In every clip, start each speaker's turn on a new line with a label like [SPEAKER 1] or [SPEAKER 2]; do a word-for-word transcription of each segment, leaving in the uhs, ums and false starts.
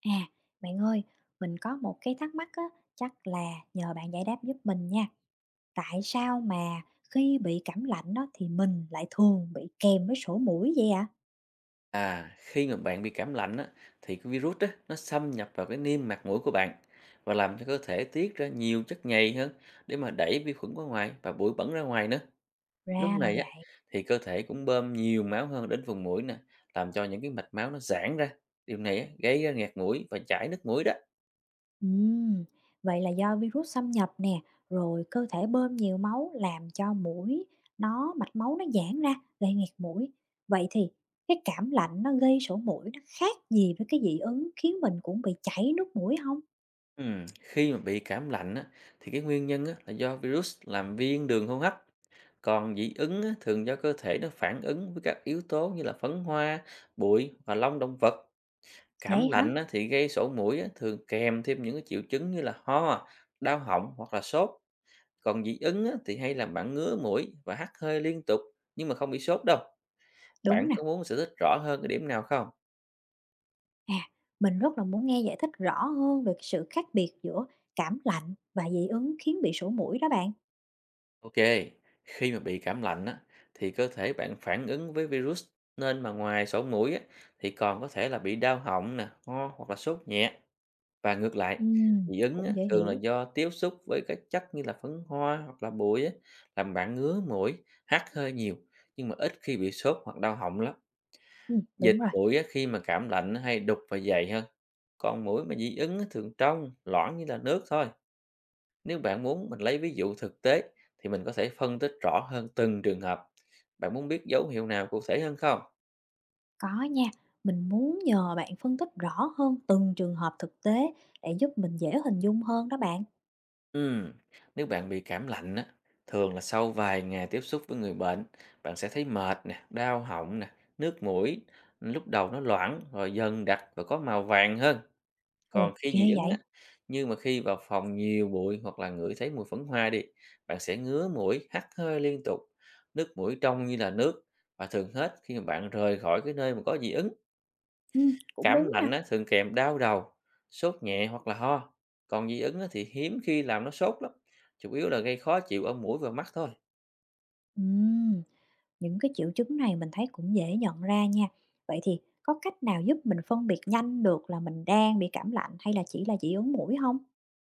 [SPEAKER 1] À, bạn ơi, mình có một cái thắc mắc á, chắc là nhờ bạn giải đáp giúp mình nha. Tại sao mà khi bị cảm lạnh đó thì mình lại thường bị kèm với sổ mũi vậy ạ?
[SPEAKER 2] À, khi mà bạn bị cảm lạnh á, thì cái virus á, nó xâm nhập vào cái niêm mạc mũi của bạn và làm cho cơ thể tiết ra nhiều chất nhầy hơn để mà đẩy vi khuẩn ra ngoài và bụi bẩn ra ngoài nữa. Lúc
[SPEAKER 1] Ra là
[SPEAKER 2] này á,
[SPEAKER 1] vậy.
[SPEAKER 2] thì cơ thể cũng bơm nhiều máu hơn đến vùng mũi nè, làm cho những cái mạch máu nó giãn ra. Điều này á, gây ra nghẹt mũi và chảy nước mũi đó.
[SPEAKER 1] Ừm, vậy là do virus xâm nhập nè, rồi cơ thể bơm nhiều máu làm cho mũi nó mạch máu nó giãn ra gây nghẹt mũi. Vậy thì cái cảm lạnh nó gây sổ mũi nó khác gì với cái dị ứng khiến mình cũng bị chảy nước mũi không?
[SPEAKER 2] Ừm, Khi mà bị cảm lạnh á, thì cái nguyên nhân á, là do virus làm viêm đường hô hấp. Còn dị ứng á, thường do cơ thể nó phản ứng với các yếu tố như là phấn hoa, bụi và lông động vật. Cảm
[SPEAKER 1] Vậy hả?
[SPEAKER 2] lạnh á, thì gây sổ mũi á, thường kèm thêm những cái triệu chứng như là ho, đau họng hoặc là sốt. Còn dị ứng á, thì hay làm bạn ngứa mũi và hắt hơi liên tục nhưng mà không bị sốt đâu. Bạn
[SPEAKER 1] Đúng nè.
[SPEAKER 2] có muốn giải thích rõ hơn cái điểm nào không?
[SPEAKER 1] À, mình rất là muốn nghe giải thích rõ hơn về cái sự khác biệt giữa cảm lạnh và dị ứng khiến bị sổ mũi đó bạn.
[SPEAKER 2] Ok, khi mà bị cảm lạnh á, thì cơ thể bạn phản ứng với virus nên mà ngoài sổ mũi á, thì còn có thể là bị đau họng nè, ho hoặc là sốt nhẹ. Và ngược lại,
[SPEAKER 1] Ừm,
[SPEAKER 2] dị ứng á,
[SPEAKER 1] cũng dễ
[SPEAKER 2] thường là
[SPEAKER 1] hiểu.
[SPEAKER 2] do tiếp xúc với các chất như là phấn hoa hoặc là bụi á, làm bạn ngứa mũi, hắt hơi nhiều, nhưng mà ít khi bị sốt hoặc đau họng lắm.
[SPEAKER 1] Ừ,
[SPEAKER 2] Dịch
[SPEAKER 1] đúng rồi,
[SPEAKER 2] mũi á, khi mà cảm lạnh nó hay đục và dày hơn. Còn mũi mà dị ứng á, thường trong, loãng như là nước thôi. Nếu bạn muốn mình lấy ví dụ thực tế thì mình có thể phân tích rõ hơn từng trường hợp. Bạn muốn biết dấu hiệu nào cụ thể hơn không?
[SPEAKER 1] có nha. Mình muốn nhờ bạn phân tích rõ hơn từng trường hợp thực tế để giúp mình dễ hình dung hơn đó bạn.
[SPEAKER 2] Ừm, Nếu bạn bị cảm lạnh á, thường là sau vài ngày tiếp xúc với người bệnh, bạn sẽ thấy mệt nè, đau họng nè, nước mũi, lúc đầu nó loãng rồi dần đặc và có màu vàng hơn.
[SPEAKER 1] Ồ,
[SPEAKER 2] Còn khi dị
[SPEAKER 1] ghê
[SPEAKER 2] ứng á,
[SPEAKER 1] vậy.
[SPEAKER 2] nhưng mà khi vào phòng nhiều bụi hoặc là ngửi thấy mùi phấn hoa đi, bạn sẽ ngứa mũi, hắt hơi liên tục, nước mũi trong như là nước và thường hết khi mà bạn rời khỏi cái nơi mà có dị ứng.
[SPEAKER 1] Ừ, cũng
[SPEAKER 2] Cảm
[SPEAKER 1] đúng nè.
[SPEAKER 2] lạnh á, thường kèm đau đầu, sốt nhẹ hoặc là ho. Còn dị ứng á, thì hiếm khi làm nó sốt lắm. Chủ yếu là gây khó chịu ở mũi và mắt thôi.
[SPEAKER 1] Ừm, những cái triệu chứng này mình thấy cũng dễ nhận ra nha. Vậy thì có cách nào giúp mình phân biệt nhanh được là mình đang bị cảm lạnh hay là chỉ là dị ứng mũi không?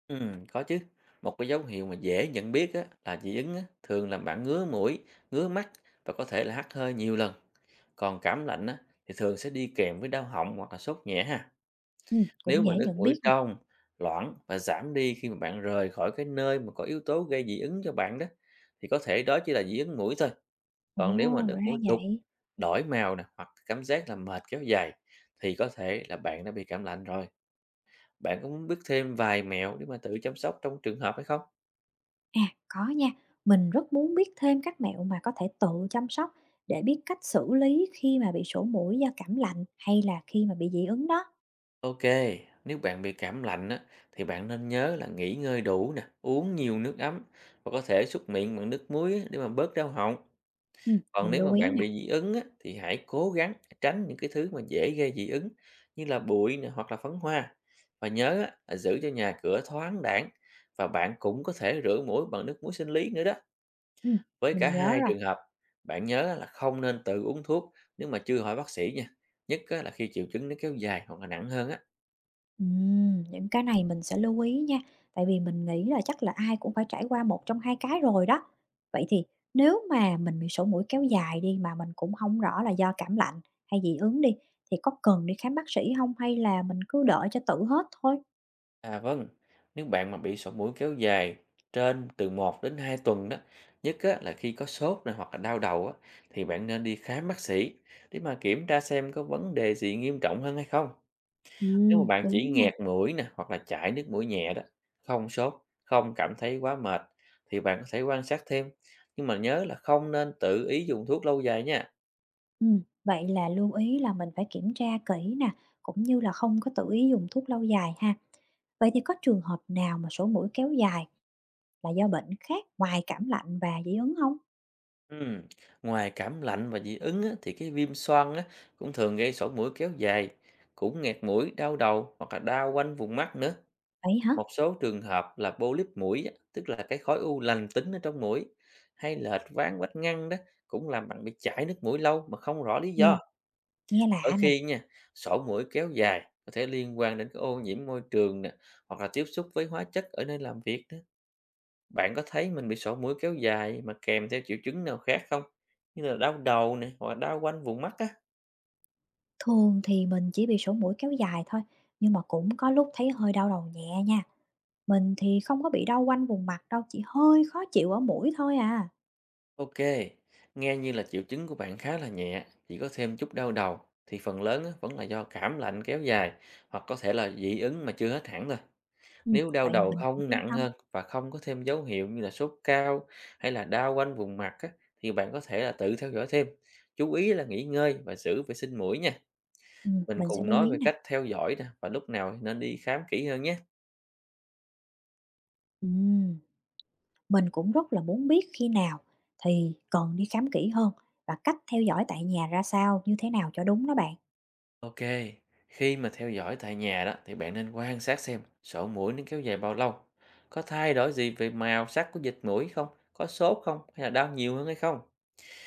[SPEAKER 2] Ừ, có chứ. Một cái dấu hiệu mà dễ nhận biết á, là dị ứng á, thường làm bạn ngứa mũi, ngứa mắt và có thể là hắt hơi nhiều lần. Còn cảm lạnh á, thì thường sẽ đi kèm với đau họng hoặc là sốt nhẹ ha.
[SPEAKER 1] Ừ,
[SPEAKER 2] Nếu
[SPEAKER 1] cũng dễ
[SPEAKER 2] mà nước
[SPEAKER 1] nhận
[SPEAKER 2] mũi
[SPEAKER 1] biết nè.
[SPEAKER 2] trong, loãng và giảm đi khi mà bạn rời khỏi cái nơi mà có yếu tố gây dị ứng cho bạn đó thì có thể đó chỉ là dị ứng mũi thôi.
[SPEAKER 1] Ồ,
[SPEAKER 2] Còn nếu mà nước
[SPEAKER 1] ra
[SPEAKER 2] muối đục,
[SPEAKER 1] vậy.
[SPEAKER 2] đổi màu nè, hoặc cảm giác là mệt kéo dài thì có thể là bạn đã bị cảm lạnh rồi. Bạn có muốn biết thêm vài mẹo để mà tự chăm sóc trong trường hợp hay không?
[SPEAKER 1] À, có nha. Mình rất muốn biết thêm các mẹo mà có thể tự chăm sóc để biết cách xử lý khi mà bị sổ mũi do cảm lạnh hay là khi mà bị dị ứng đó.
[SPEAKER 2] Ok, nếu bạn bị cảm lạnh á, thì bạn nên nhớ là nghỉ ngơi đủ nè, uống nhiều nước ấm và có thể súc miệng bằng nước muối á, để mà bớt đau họng.
[SPEAKER 1] Ừ,
[SPEAKER 2] Còn
[SPEAKER 1] mình
[SPEAKER 2] nếu mà
[SPEAKER 1] lưu ý
[SPEAKER 2] bạn
[SPEAKER 1] nè.
[SPEAKER 2] bị dị ứng á, thì hãy cố gắng tránh những cái thứ mà dễ gây dị ứng như là bụi nè, hoặc là phấn hoa. Và nhớ á, là giữ cho nhà cửa thoáng đãng và bạn cũng có thể rửa mũi bằng nước muối sinh lý nữa đó.
[SPEAKER 1] Ừ,
[SPEAKER 2] Với cả
[SPEAKER 1] mình nhớ
[SPEAKER 2] hai
[SPEAKER 1] rồi.
[SPEAKER 2] trường hợp, bạn nhớ là không nên tự uống thuốc nếu mà chưa hỏi bác sĩ nha. Nhất á, là khi triệu chứng nó kéo dài hoặc là nặng hơn á.
[SPEAKER 1] Ừm, những cái này mình sẽ lưu ý nha. Tại vì mình nghĩ là chắc là ai cũng phải trải qua một trong hai cái rồi đó. Vậy thì nếu mà mình bị sổ mũi kéo dài đi mà mình cũng không rõ là do cảm lạnh hay dị ứng đi thì có cần đi khám bác sĩ không hay là mình cứ đợi cho tự hết thôi?
[SPEAKER 2] À vâng, nếu bạn mà bị sổ mũi kéo dài trên từ một đến hai tuần đó, nhất á, là khi có sốt này hoặc là đau đầu á, thì bạn nên đi khám bác sĩ để mà kiểm tra xem có vấn đề gì nghiêm trọng hơn hay không. Nếu mà
[SPEAKER 1] Ừm,
[SPEAKER 2] bạn chỉ
[SPEAKER 1] đúng nha.
[SPEAKER 2] nghẹt mũi nè hoặc là chảy nước mũi nhẹ đó, không sốt, không cảm thấy quá mệt thì bạn có thể quan sát thêm. Nhưng mà nhớ là không nên tự ý dùng thuốc lâu dài nha.
[SPEAKER 1] Ừm, vậy là lưu ý là mình phải kiểm tra kỹ nè, cũng như là không có tự ý dùng thuốc lâu dài ha. Vậy thì có trường hợp nào mà sổ mũi kéo dài là do bệnh khác ngoài cảm lạnh và dị ứng không?
[SPEAKER 2] Ừm, Ngoài cảm lạnh và dị ứng á, thì cái viêm xoang á, cũng thường gây sổ mũi kéo dài, cũng nghẹt mũi, đau đầu hoặc là đau quanh vùng mắt nữa.
[SPEAKER 1] Vậy hả?
[SPEAKER 2] Một số trường hợp là polyp mũi, á, tức là cái khối u lành tính ở trong mũi, hay lệch ván vách ngăn đó cũng làm bạn bị chảy nước mũi lâu mà không rõ lý do.
[SPEAKER 1] Ừm, nghe
[SPEAKER 2] Đôi
[SPEAKER 1] lạ nè.
[SPEAKER 2] khi nha, sổ mũi kéo dài có thể liên quan đến cái ô nhiễm môi trường nè, hoặc là tiếp xúc với hóa chất ở nơi làm việc đó. Bạn có thấy mình bị sổ mũi kéo dài mà kèm theo triệu chứng nào khác không? Như là đau đầu nè, hoặc là đau quanh vùng mắt á.
[SPEAKER 1] Thường thì mình chỉ bị sổ mũi kéo dài thôi, nhưng mà cũng có lúc thấy hơi đau đầu nhẹ nha. Mình thì không có bị đau quanh vùng mặt đâu, chỉ hơi khó chịu ở mũi thôi à.
[SPEAKER 2] Ok, nghe như là triệu chứng của bạn khá là nhẹ, chỉ có thêm chút đau đầu thì phần lớn á, vẫn là do cảm lạnh kéo dài hoặc có thể là dị ứng mà chưa hết hẳn thôi.
[SPEAKER 1] Ừm,
[SPEAKER 2] Nếu đau
[SPEAKER 1] vậy
[SPEAKER 2] đầu
[SPEAKER 1] mình cũng
[SPEAKER 2] không
[SPEAKER 1] yên
[SPEAKER 2] nặng
[SPEAKER 1] tâm.
[SPEAKER 2] hơn và không có thêm dấu hiệu như là sốt cao hay là đau quanh vùng mặt á, thì bạn có thể là tự theo dõi thêm. Chú ý là nghỉ ngơi và giữ vệ sinh mũi nha.
[SPEAKER 1] Ừm,
[SPEAKER 2] Mình
[SPEAKER 1] mình sẽ
[SPEAKER 2] cùng
[SPEAKER 1] lưu
[SPEAKER 2] nói
[SPEAKER 1] ý
[SPEAKER 2] về
[SPEAKER 1] nè.
[SPEAKER 2] cách theo dõi nè và lúc nào nên đi khám kỹ hơn nhé.
[SPEAKER 1] Ừm. Mình cũng rất là muốn biết khi nào thì cần đi khám kỹ hơn và cách theo dõi tại nhà ra sao, như thế nào cho đúng đó bạn.
[SPEAKER 2] Ok, khi mà theo dõi tại nhà đó thì bạn nên quan sát xem sổ mũi nó kéo dài bao lâu, có thay đổi gì về màu sắc của dịch mũi không, có sốt không hay là đau nhiều hơn hay không.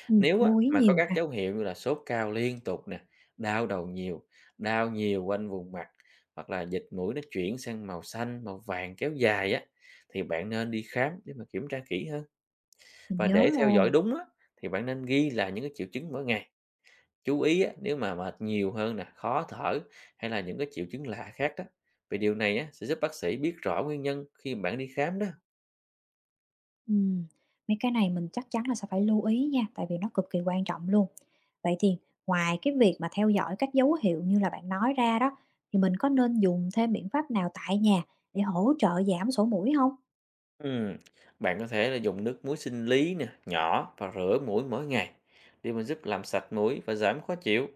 [SPEAKER 1] Ừm.
[SPEAKER 2] Nếu á,
[SPEAKER 1] Lưu ý
[SPEAKER 2] mà có
[SPEAKER 1] nhiều
[SPEAKER 2] các
[SPEAKER 1] ha,
[SPEAKER 2] dấu hiệu như là sốt cao liên tục nè, đau đầu nhiều, đau nhiều quanh vùng mặt hoặc là dịch mũi nó chuyển sang màu xanh, màu vàng kéo dài á thì bạn nên đi khám để mà kiểm tra kỹ hơn
[SPEAKER 1] mình
[SPEAKER 2] và
[SPEAKER 1] nhớ
[SPEAKER 2] để theo dõi
[SPEAKER 1] rồi.
[SPEAKER 2] đúng á thì bạn nên ghi lại những cái triệu chứng mỗi ngày. Chú ý á, nếu mà mệt nhiều hơn nè, khó thở hay là những cái triệu chứng lạ khác đó. Vì điều này á, sẽ giúp bác sĩ biết rõ nguyên nhân khi bạn đi khám đó.
[SPEAKER 1] Ừm, mấy cái này mình chắc chắn là sẽ phải lưu ý nha, tại vì nó cực kỳ quan trọng luôn. Vậy thì ngoài cái việc mà theo dõi các dấu hiệu như là bạn nói ra đó, thì mình có nên dùng thêm biện pháp nào tại nhà để hỗ trợ giảm sổ mũi không?
[SPEAKER 2] Ừm, Bạn có thể là dùng nước muối sinh lý nè, nhỏ và rửa mũi mỗi ngày để mà giúp làm sạch mũi và giảm khó chịu.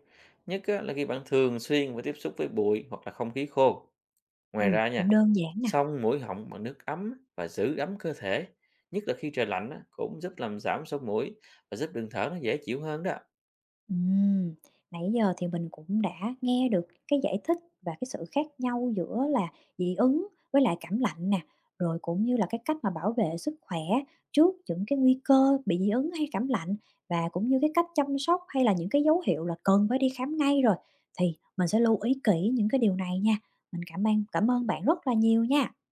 [SPEAKER 2] Nhất á, là khi bạn thường xuyên phải tiếp xúc với bụi hoặc là không khí khô. Ngoài
[SPEAKER 1] Ừm.
[SPEAKER 2] ra
[SPEAKER 1] Cũng
[SPEAKER 2] nha,
[SPEAKER 1] đơn giản nè.
[SPEAKER 2] xông mũi họng bằng nước ấm và giữ ấm cơ thể. Nhất là khi trời lạnh á, cũng giúp làm giảm sốt mũi và giúp đường thở nó dễ chịu hơn đó.
[SPEAKER 1] Ừm, nãy giờ thì mình cũng đã nghe được cái giải thích và cái sự khác nhau giữa là dị ứng với lại cảm lạnh nè, rồi cũng như là cái cách mà bảo vệ sức khỏe trước những cái nguy cơ bị dị ứng hay cảm lạnh và cũng như cái cách chăm sóc hay là những cái dấu hiệu là cần phải đi khám ngay rồi. Thì mình sẽ lưu ý kỹ những cái điều này nha. Mình cảm ơn cảm ơn bạn rất là nhiều nha.